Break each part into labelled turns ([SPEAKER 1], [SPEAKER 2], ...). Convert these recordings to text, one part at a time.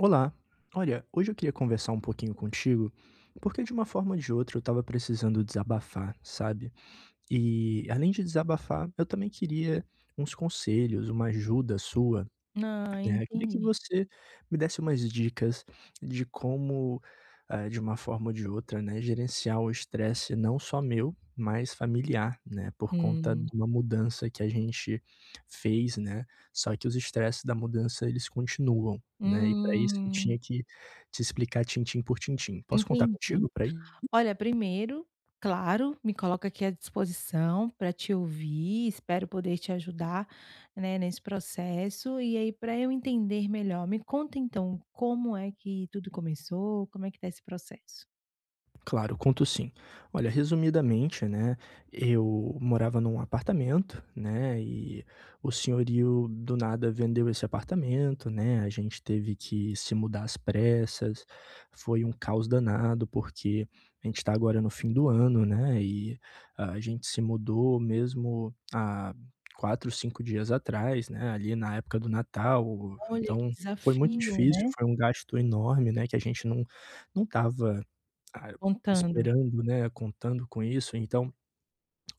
[SPEAKER 1] Olá, olha, hoje eu queria conversar um pouquinho contigo, porque de uma forma ou de outra eu estava precisando desabafar, sabe? E além de desabafar, eu também queria uns conselhos, uma ajuda sua,
[SPEAKER 2] Ah,
[SPEAKER 1] né. Eu queria que
[SPEAKER 2] entendi.
[SPEAKER 1] você me desse umas dicas de como, de uma forma ou de outra, né, gerenciar o estresse não só meu, mas familiar, né, por conta de
[SPEAKER 2] Hum,
[SPEAKER 1] uma mudança que a gente fez, né, só que os estresses da mudança eles continuam, né, e para isso eu
[SPEAKER 2] hum,
[SPEAKER 1] tinha que te explicar tintim por tintim. Posso contar
[SPEAKER 2] entendi.
[SPEAKER 1] contigo para isso?
[SPEAKER 2] Olha, primeiro, claro, me coloco aqui à disposição para te ouvir, espero poder te ajudar, né, nesse processo. E aí, para eu entender melhor, me conta então como é que tudo começou, como é que tá esse processo?
[SPEAKER 1] Claro, conto sim. Olha, resumidamente, né, eu morava num apartamento, né, e o senhorio do nada vendeu esse apartamento, né, a gente teve que se mudar às pressas. Foi um caos danado, porque a gente tá agora no fim do ano, né, e a gente se mudou mesmo há 4, 5 dias atrás, né, ali na época do Natal.
[SPEAKER 2] Olha, que
[SPEAKER 1] Então foi muito
[SPEAKER 2] desafio,
[SPEAKER 1] difícil,
[SPEAKER 2] né?
[SPEAKER 1] foi um gasto enorme, né, que a gente não estava, ah,
[SPEAKER 2] Contando.
[SPEAKER 1] esperando, né, contando com isso, então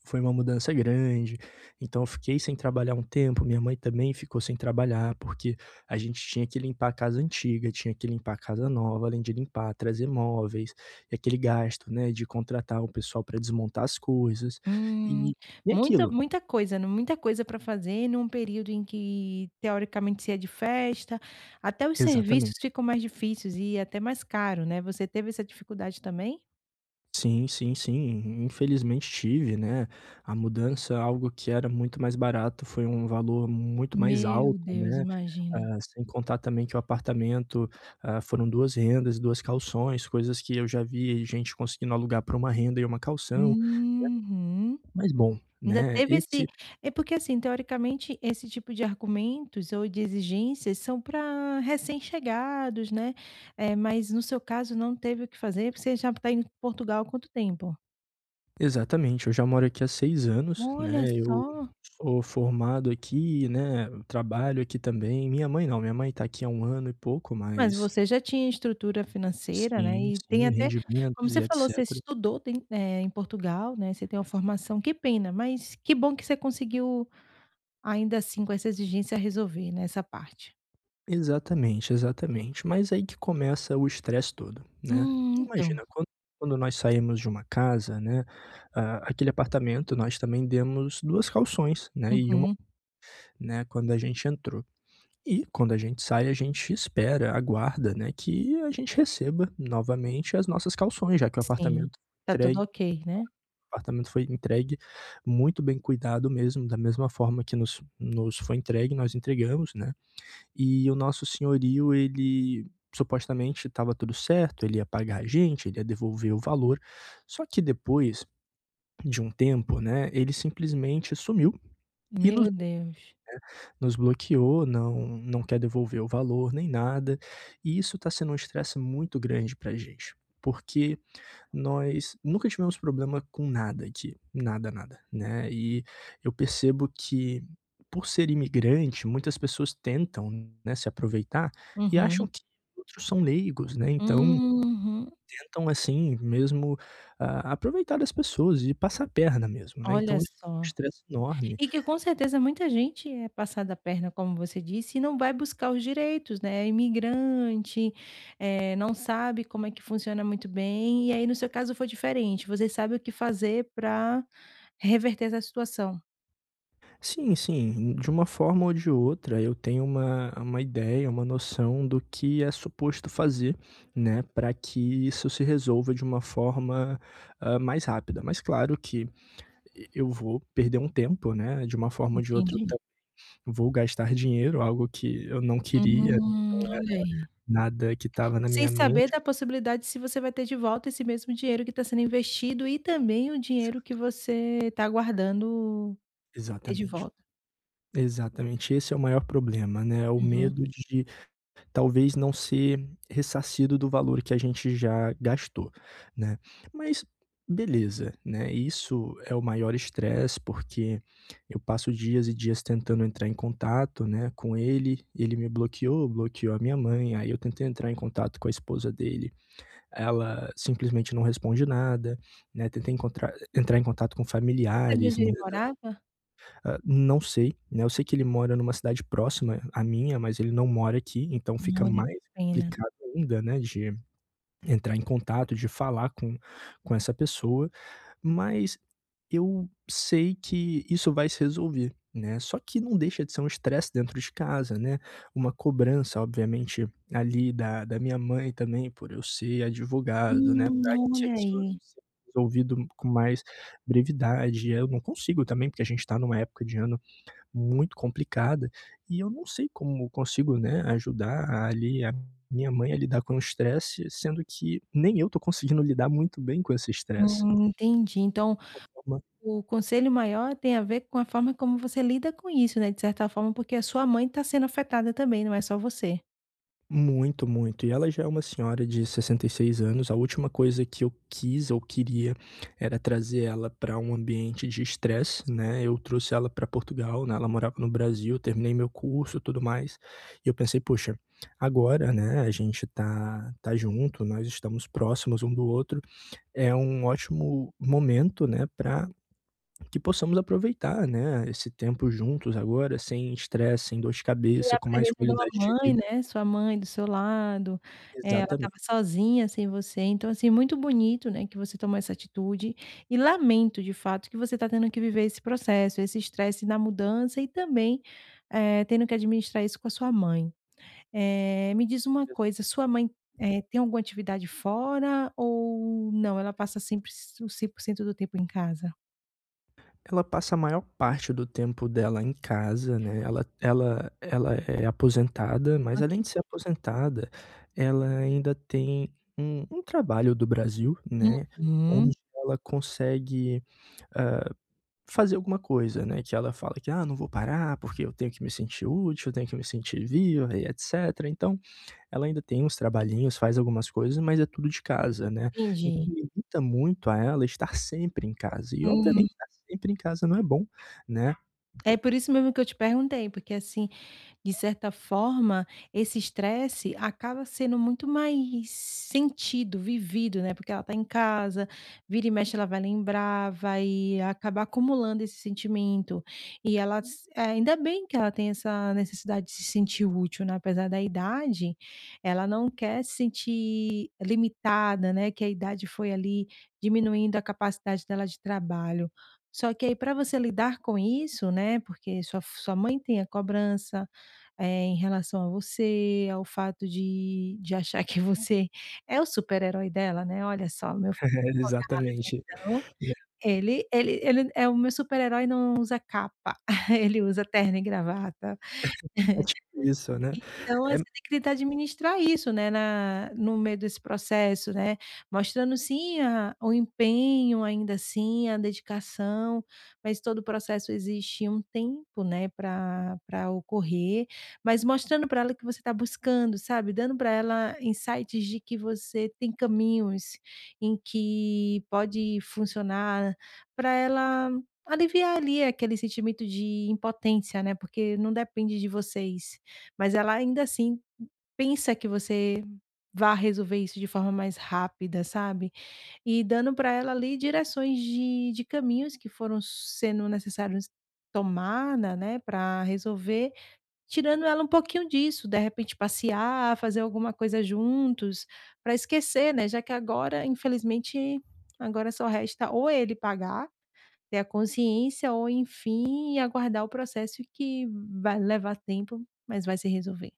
[SPEAKER 1] foi uma mudança grande. Então eu fiquei sem trabalhar um tempo, minha mãe também ficou sem trabalhar, porque a gente tinha que limpar a casa antiga, tinha que limpar a casa nova, além de limpar, trazer móveis, e aquele gasto, né, de contratar o pessoal para desmontar as coisas,
[SPEAKER 2] Hum,
[SPEAKER 1] e e
[SPEAKER 2] muita
[SPEAKER 1] aquilo.
[SPEAKER 2] muita coisa, né, muita coisa para fazer num período em que teoricamente se é de festa, até os serviços
[SPEAKER 1] Exatamente.
[SPEAKER 2] ficam mais difíceis e até mais caro, né, você teve essa dificuldade também?
[SPEAKER 1] Sim, sim, sim. Infelizmente tive, né. A mudança, algo que era muito mais barato, foi um valor muito mais
[SPEAKER 2] Meu
[SPEAKER 1] alto,
[SPEAKER 2] Deus,
[SPEAKER 1] né.
[SPEAKER 2] imagino.
[SPEAKER 1] Ah, sem contar também que o apartamento, foram 2 rendas, 2 calções, coisas que eu já vi gente conseguindo alugar para uma renda e uma calção.
[SPEAKER 2] Uhum.
[SPEAKER 1] Mas bom,
[SPEAKER 2] Ainda
[SPEAKER 1] né,
[SPEAKER 2] teve esse,
[SPEAKER 1] esse
[SPEAKER 2] é porque assim, teoricamente, esse tipo de argumentos ou de exigências são para recém-chegados, né, é mas no seu caso não teve o que fazer, porque você já está em Portugal há quanto tempo?
[SPEAKER 1] exatamente, eu já moro aqui há 6 anos,
[SPEAKER 2] Olha
[SPEAKER 1] né. Eu
[SPEAKER 2] só!
[SPEAKER 1] sou formado aqui, né, trabalho aqui também. Minha mãe não, minha mãe está aqui há um ano e pouco,
[SPEAKER 2] Mas
[SPEAKER 1] mas...
[SPEAKER 2] você já tinha estrutura financeira, né,
[SPEAKER 1] Sim,
[SPEAKER 2] e tem
[SPEAKER 1] sim,
[SPEAKER 2] até como
[SPEAKER 1] rendimentos
[SPEAKER 2] você
[SPEAKER 1] e
[SPEAKER 2] falou, você
[SPEAKER 1] etcétera.
[SPEAKER 2] estudou tem em Portugal, né, você tem uma formação, que pena, mas que bom que você conseguiu, ainda assim, com essa exigência, resolver, né, essa parte.
[SPEAKER 1] Exatamente, exatamente. Mas aí que começa o estresse todo, né. Imagina,
[SPEAKER 2] Então.
[SPEAKER 1] quando nós saímos de uma casa, né, aquele apartamento nós também demos 2 calções, né, e uma
[SPEAKER 2] Uhum.
[SPEAKER 1] né, quando a gente entrou. E quando a gente sai, a gente espera, aguarda, né, que a gente receba novamente as nossas calções, já que
[SPEAKER 2] Sim. Tá tudo
[SPEAKER 1] entregue
[SPEAKER 2] ok, né.
[SPEAKER 1] o apartamento foi entregue muito bem cuidado mesmo, da mesma forma que nos foi entregue, nós entregamos, né. E o nosso senhorio, ele supostamente estava tudo certo, ele ia pagar a gente, ele ia devolver o valor. Só que depois de um tempo, né, ele simplesmente sumiu e nos
[SPEAKER 2] Meu Deus.
[SPEAKER 1] nos bloqueou, não quer devolver o valor nem nada. E isso está sendo um estresse muito grande pra gente, porque nós nunca tivemos problema com nada aqui, nada, nada, né. E eu percebo que, por ser imigrante, muitas pessoas tentam, né, se aproveitar e
[SPEAKER 2] Uhum.
[SPEAKER 1] acham que outros são leigos, né, então
[SPEAKER 2] Uhum.
[SPEAKER 1] tentam, assim, mesmo, aproveitar das pessoas e passar a perna mesmo, né,
[SPEAKER 2] Olha
[SPEAKER 1] então isso é um
[SPEAKER 2] só.
[SPEAKER 1] estresse enorme.
[SPEAKER 2] E que com certeza muita gente é passada a perna, como você disse, e não vai buscar os direitos, né, é imigrante, não sabe como é que funciona muito bem, e aí no seu caso foi diferente, você sabe o que fazer para reverter essa situação.
[SPEAKER 1] Sim, sim. De uma forma ou de outra, eu tenho uma ideia, uma noção do que é suposto fazer, né, para que isso se resolva de uma forma, mais rápida. Mas claro que eu vou perder um tempo, né? De uma forma ou de outra, eu
[SPEAKER 2] Entendi.
[SPEAKER 1] vou gastar dinheiro, algo que eu não queria,
[SPEAKER 2] Olha aí.
[SPEAKER 1] nada que estava na
[SPEAKER 2] Sem
[SPEAKER 1] minha
[SPEAKER 2] saber
[SPEAKER 1] mente.
[SPEAKER 2] da possibilidade se você vai ter de volta esse mesmo dinheiro que está sendo investido e também o
[SPEAKER 1] Ex-
[SPEAKER 2] dinheiro que você está guardando é de
[SPEAKER 1] Exatamente.
[SPEAKER 2] volta.
[SPEAKER 1] Exatamente. Esse é o maior problema, né? É o
[SPEAKER 2] Uhum.
[SPEAKER 1] medo de... Talvez não ser ressarcido do valor que a gente já gastou, né. Mas beleza, né, isso é o maior estresse, porque eu passo dias e dias tentando entrar em contato, né, com ele. Ele me bloqueou, bloqueou a minha mãe, aí eu tentei entrar em contato com a esposa dele, ela simplesmente não responde nada, né, tentei encontrar entrar em contato com
[SPEAKER 2] Você sabia
[SPEAKER 1] familiares,
[SPEAKER 2] onde
[SPEAKER 1] né.
[SPEAKER 2] ele morava?
[SPEAKER 1] Ah, não sei, né, eu sei que ele mora numa cidade próxima à minha, mas ele não mora aqui, então fica
[SPEAKER 2] Olha,
[SPEAKER 1] mais
[SPEAKER 2] que pena.
[SPEAKER 1] complicado ainda, né, de entrar em contato, de falar com essa pessoa, mas eu sei que isso vai se resolver, né, só que não deixa de ser um estresse dentro de casa, né, uma cobrança obviamente ali da minha mãe também por eu ser advogado, né,
[SPEAKER 2] Hum,
[SPEAKER 1] para que
[SPEAKER 2] olha
[SPEAKER 1] aquilo
[SPEAKER 2] aí.
[SPEAKER 1] seja resolvido com mais brevidade. Eu não consigo também, porque a gente está numa época de ano muito complicada, e eu não sei como consigo, né, ajudar ali a minha mãe a lidar com o estresse, sendo que nem eu tô conseguindo lidar muito bem com esse estresse.
[SPEAKER 2] Entendi. Então, o conselho maior tem a ver com a forma como você lida com isso, né, de certa forma, porque a sua mãe está sendo afetada também, não é só você.
[SPEAKER 1] Muito, muito. E ela já é uma senhora de 66 anos. A última coisa que eu quis ou queria era trazer ela para um ambiente de estresse, né. Eu trouxe ela para Portugal, né, ela morava no Brasil, terminei meu curso, tudo mais, e eu pensei: "Poxa, agora, né, a gente tá junto, nós estamos próximos um do outro, é um ótimo momento, né, para que possamos aproveitar, né, esse tempo juntos agora, sem estresse, sem dor de
[SPEAKER 2] E
[SPEAKER 1] cabeça,
[SPEAKER 2] a
[SPEAKER 1] com mais
[SPEAKER 2] presença da uma
[SPEAKER 1] qualidade de
[SPEAKER 2] mãe,
[SPEAKER 1] vida".
[SPEAKER 2] né, sua mãe do seu lado, ela estava
[SPEAKER 1] Exatamente.
[SPEAKER 2] sozinha sem você, então, assim, muito bonito, né, que você tomou essa atitude e lamento, de fato, que você está tendo que viver esse processo, esse estresse na mudança e também, tendo que administrar isso com a sua mãe. Me diz uma coisa, sua mãe, tem alguma atividade fora ou não, ela passa sempre s o 100% do tempo em casa?
[SPEAKER 1] Ela passa a maior parte do tempo dela em casa, né, ela é aposentada, mas além de
[SPEAKER 2] Ok.
[SPEAKER 1] ser aposentada, ela ainda tem um trabalho do Brasil,
[SPEAKER 2] Uhum.
[SPEAKER 1] né,
[SPEAKER 2] Hum,
[SPEAKER 1] onde ela consegue fazer alguma coisa, né, que ela fala que: "Ah, não vou parar, porque eu tenho que me sentir útil, eu tenho que me sentir viva e etcétera". Então, ela ainda tem uns trabalhinhos, faz algumas coisas, mas é tudo de casa, né.
[SPEAKER 2] entendi.
[SPEAKER 1] Então limita muito a ela estar sempre em casa e
[SPEAKER 2] Hum,
[SPEAKER 1] obviamente estar sempre em casa não é bom, né.
[SPEAKER 2] é por isso mesmo que eu te perguntei, porque assim, de certa forma, esse estresse acaba sendo muito mais sentido, vivido, né, porque ela está em casa, vira e mexe ela vai lembrar, vai acabar acumulando esse sentimento. E ela s ainda bem que ela tem essa necessidade de se sentir útil, né, apesar da idade, ela não quer se sentir limitada, né, que a idade foi ali diminuindo a capacidade dela de trabalho. Só que aí para você lidar com isso, né, porque sua f sua mãe tem a cobrança, em relação a você, ao fato de achar que você é o super-herói dela, né, "Olha só, meu filho
[SPEAKER 1] É, exatamente,
[SPEAKER 2] fodão,
[SPEAKER 1] né,
[SPEAKER 2] ele ele é o meu super-herói, não usa capa, ele usa terno e gravata".
[SPEAKER 1] é tipo isso, né.
[SPEAKER 2] Então,
[SPEAKER 1] É.
[SPEAKER 2] você tem que tentar administrar isso, né, na no meio desse processo, né, mostrando sim a o empenho, ainda assim, a dedicação, mas todo o processo existe um tempo, né, pra ocorrer, mas mostrando pra ela que você tá buscando, sabe, dando pra ela insights de que você tem caminhos em que pode funcionar, pra ela aliviar ali aquele sentimento de impotência, né, porque não depende de vocês. Mas ela ainda assim pensa que você vá resolver isso de forma mais rápida, sabe. E dando para ela ali direções de caminhos que foram sendo necessários tomar, né, para resolver, tirando ela um pouquinho disso, de repente passear, fazer alguma coisa juntos, para esquecer, né, já que agora infelizmente, agora só resta ou ele pagar, ter a consciência ou enfim aguardar o processo que vai levar tempo, mas vai se resolver.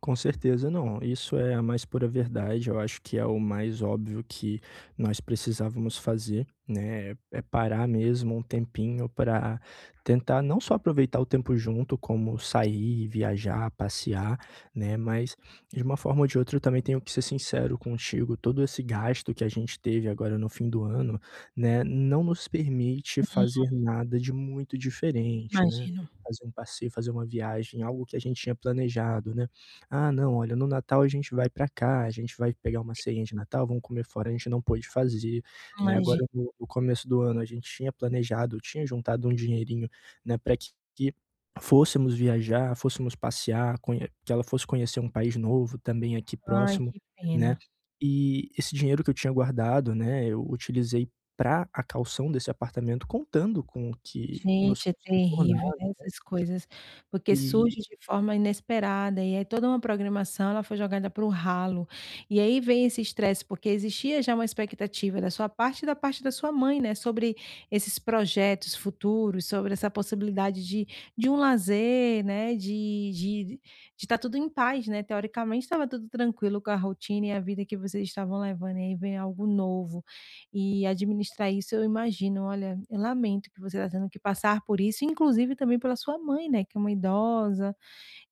[SPEAKER 1] Com certeza não. Isso é a mais pura verdade. Eu acho que é o mais óbvio que nós precisávamos fazer, né? É parar mesmo um tempinho para tentar não só aproveitar o tempo junto, como sair, viajar, passear, né? Mas de uma forma ou de outra eu também tenho que ser sincero contigo. Todo esse gasto que a gente teve agora no fim do ano, né? Não nos permite fazer nada de muito diferente, né?
[SPEAKER 2] Imagino,
[SPEAKER 1] Fazer um passeio, fazer uma viagem, algo que a gente tinha planejado, né? "Ah, não, olha, no Natal a gente vai pra cá, a gente vai pegar uma ceiinha de Natal, vamos comer fora", a gente não pôde fazer, né.
[SPEAKER 2] imagino.
[SPEAKER 1] Agora no começo do ano a gente tinha planejado, tinha juntado um dinheirinho, né, pra que fôssemos viajar, fôssemos passear, conhe que ela fosse conhecer um país novo também aqui
[SPEAKER 2] Ai,
[SPEAKER 1] próximo,
[SPEAKER 2] que
[SPEAKER 1] né.
[SPEAKER 2] pena.
[SPEAKER 1] E esse dinheiro que eu tinha guardado, né, eu utilizei pra a caução desse apartamento contando com que nos
[SPEAKER 2] Gente, é
[SPEAKER 1] fosse
[SPEAKER 2] terrível,
[SPEAKER 1] retornado.
[SPEAKER 2] né, essas coisas, porque
[SPEAKER 1] E
[SPEAKER 2] surge de forma inesperada e aí toda uma programação ela foi jogada para o ralo. E aí vem esse estresse, porque existia já uma expectativa da sua parte e da parte da sua mãe, né, sobre esses projetos futuros, sobre essa possibilidade de um lazer, né, de estar tudo em paz, né, teoricamente estava tudo tranquilo com a rotina e a vida que vocês estavam levando, e aí vem algo novo. E administrar isso eu imagino, olha, eu lamento que você está tendo que passar por isso, inclusive também pela sua mãe, né, que é uma idosa,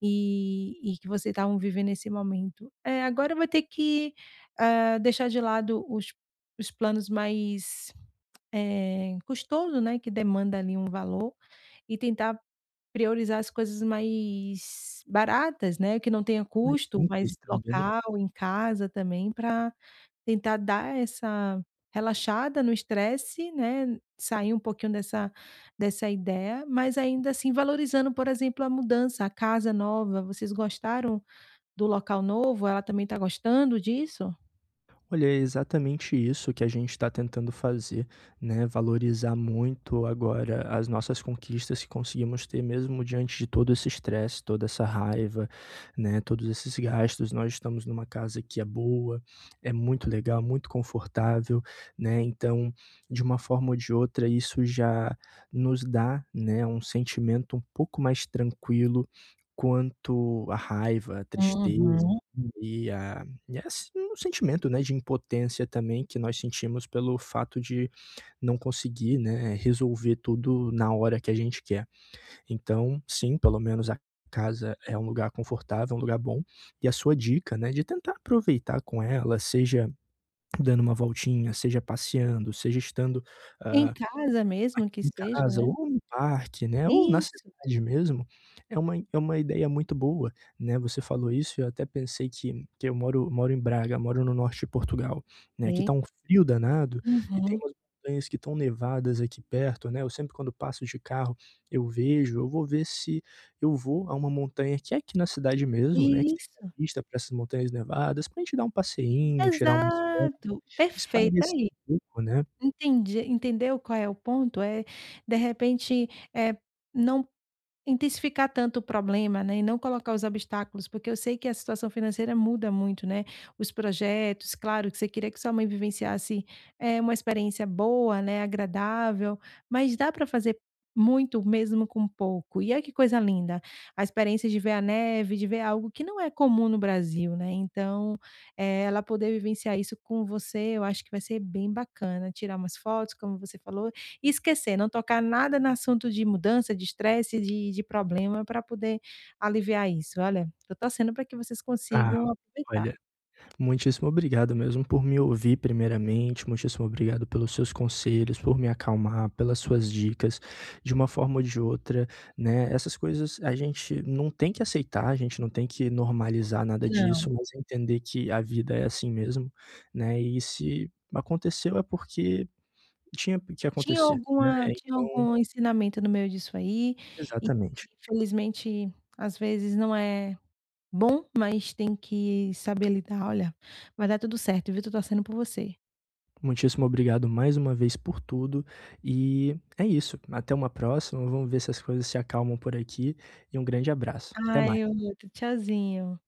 [SPEAKER 2] e que você estavam vivendo esse momento. Agora vai ter que, deixar de lado os planos mais, custoso, né, que demanda ali um valor, e tentar priorizar as coisas mais baratas, né, que não tenha
[SPEAKER 1] mais
[SPEAKER 2] custo,
[SPEAKER 1] simples
[SPEAKER 2] mas
[SPEAKER 1] também...
[SPEAKER 2] local, em casa também, para tentar dar essa relaxada no estresse, né, sair um pouquinho dessa dessa ideia, mas ainda assim valorizando, por exemplo, a mudança, a casa nova. Vocês gostaram do local novo? Ela também está gostando disso?
[SPEAKER 1] Olha, é exatamente isso que a gente está tentando fazer, né? Valorizar muito agora as nossas conquistas que conseguimos ter, mesmo diante de todo esse estresse, toda essa raiva, né? Todos esses gastos. Nós estamos numa casa que é boa, é muito legal, muito confortável, né? Então, de uma forma ou de outra, isso já nos dá, né, um sentimento um pouco mais tranquilo quanto à raiva, à tristeza
[SPEAKER 2] Uhum.
[SPEAKER 1] e a e é s um sentimento, né, de impotência também que nós sentimos pelo fato de não conseguir, né, resolver tudo na hora que a gente quer. Então, sim, pelo menos a casa é um lugar confortável, um lugar bom, e a sua dica, né, de tentar aproveitar com ela, seja dando uma voltinha, seja passeando, seja estando,
[SPEAKER 2] Em
[SPEAKER 1] ah,
[SPEAKER 2] casa mesmo que
[SPEAKER 1] aqui em
[SPEAKER 2] seja,
[SPEAKER 1] casa
[SPEAKER 2] né.
[SPEAKER 1] ou no parque, né, ou na
[SPEAKER 2] Isso,
[SPEAKER 1] cidade mesmo, é uma ideia muito boa, né, você falou isso eu até pensei que eu moro em Braga, moro no norte de Portugal, né, que
[SPEAKER 2] ok.
[SPEAKER 1] tá um frio danado e tem
[SPEAKER 2] Uhum.
[SPEAKER 1] umas montanhas que estão nevadas aqui perto, né, eu sempre quando passo de carro, eu vejo, eu vou ver se eu vou a uma montanha que é aqui na cidade mesmo, né, que tem uma
[SPEAKER 2] Isso.
[SPEAKER 1] vista para essas montanhas nevadas, pra gente dar um passeinho, tirar umas fotos,
[SPEAKER 2] Exato. Perfeito,
[SPEAKER 1] espairecer
[SPEAKER 2] aí.
[SPEAKER 1] um pouco, né.
[SPEAKER 2] Entendi, entendeu qual é o ponto? É de repente, é não intensificar tanto o problema, né, e não colocar os obstáculos, porque eu sei que a situação financeira muda muito, né, os projetos, claro que você queria que sua mãe vivenciasse, uma experiência boa, né, agradável, mas dá para fazer muito mesmo com pouco. E olha que coisa linda, a experiência de ver a neve, de ver algo que não é comum no Brasil, né, então, ela poder vivenciar isso com você, eu acho que vai ser bem bacana, tirar umas fotos, como você falou e esquecer, não tocar nada no assunto de mudança, de estresse, de problema para poder aliviar isso. Olha, tô torcendo para que vocês
[SPEAKER 1] Ah,
[SPEAKER 2] consigam aproveitar.
[SPEAKER 1] olha. Muitíssimo obrigado mesmo por me ouvir primeiramente, muitíssimo obrigado pelos seus conselhos, por me acalmar, pelas suas dicas. De uma forma ou de outra, né, essas coisas a gente não tem que aceitar, a gente não tem que normalizar nada
[SPEAKER 2] Não,
[SPEAKER 1] disso, mas entender que a vida é assim mesmo, né, e se aconteceu é porque tinha que
[SPEAKER 2] tinha
[SPEAKER 1] acontecer, né,
[SPEAKER 2] alguma, tinha
[SPEAKER 1] então
[SPEAKER 2] algum ensinamento no meio disso aí e
[SPEAKER 1] exatamente.
[SPEAKER 2] infelizmente, às vezes não é bom, mas tem que saber lidar. Olha, vai dar tudo certo, viu, tô torcendo por você.
[SPEAKER 1] Muitíssimo obrigado mais uma vez por tudo. E é isso. Até uma próxima. Vamos ver se as coisas se acalmam por aqui. E um grande abraço. Até
[SPEAKER 2] Ai,
[SPEAKER 1] mais.
[SPEAKER 2] outro. Tchauzinho.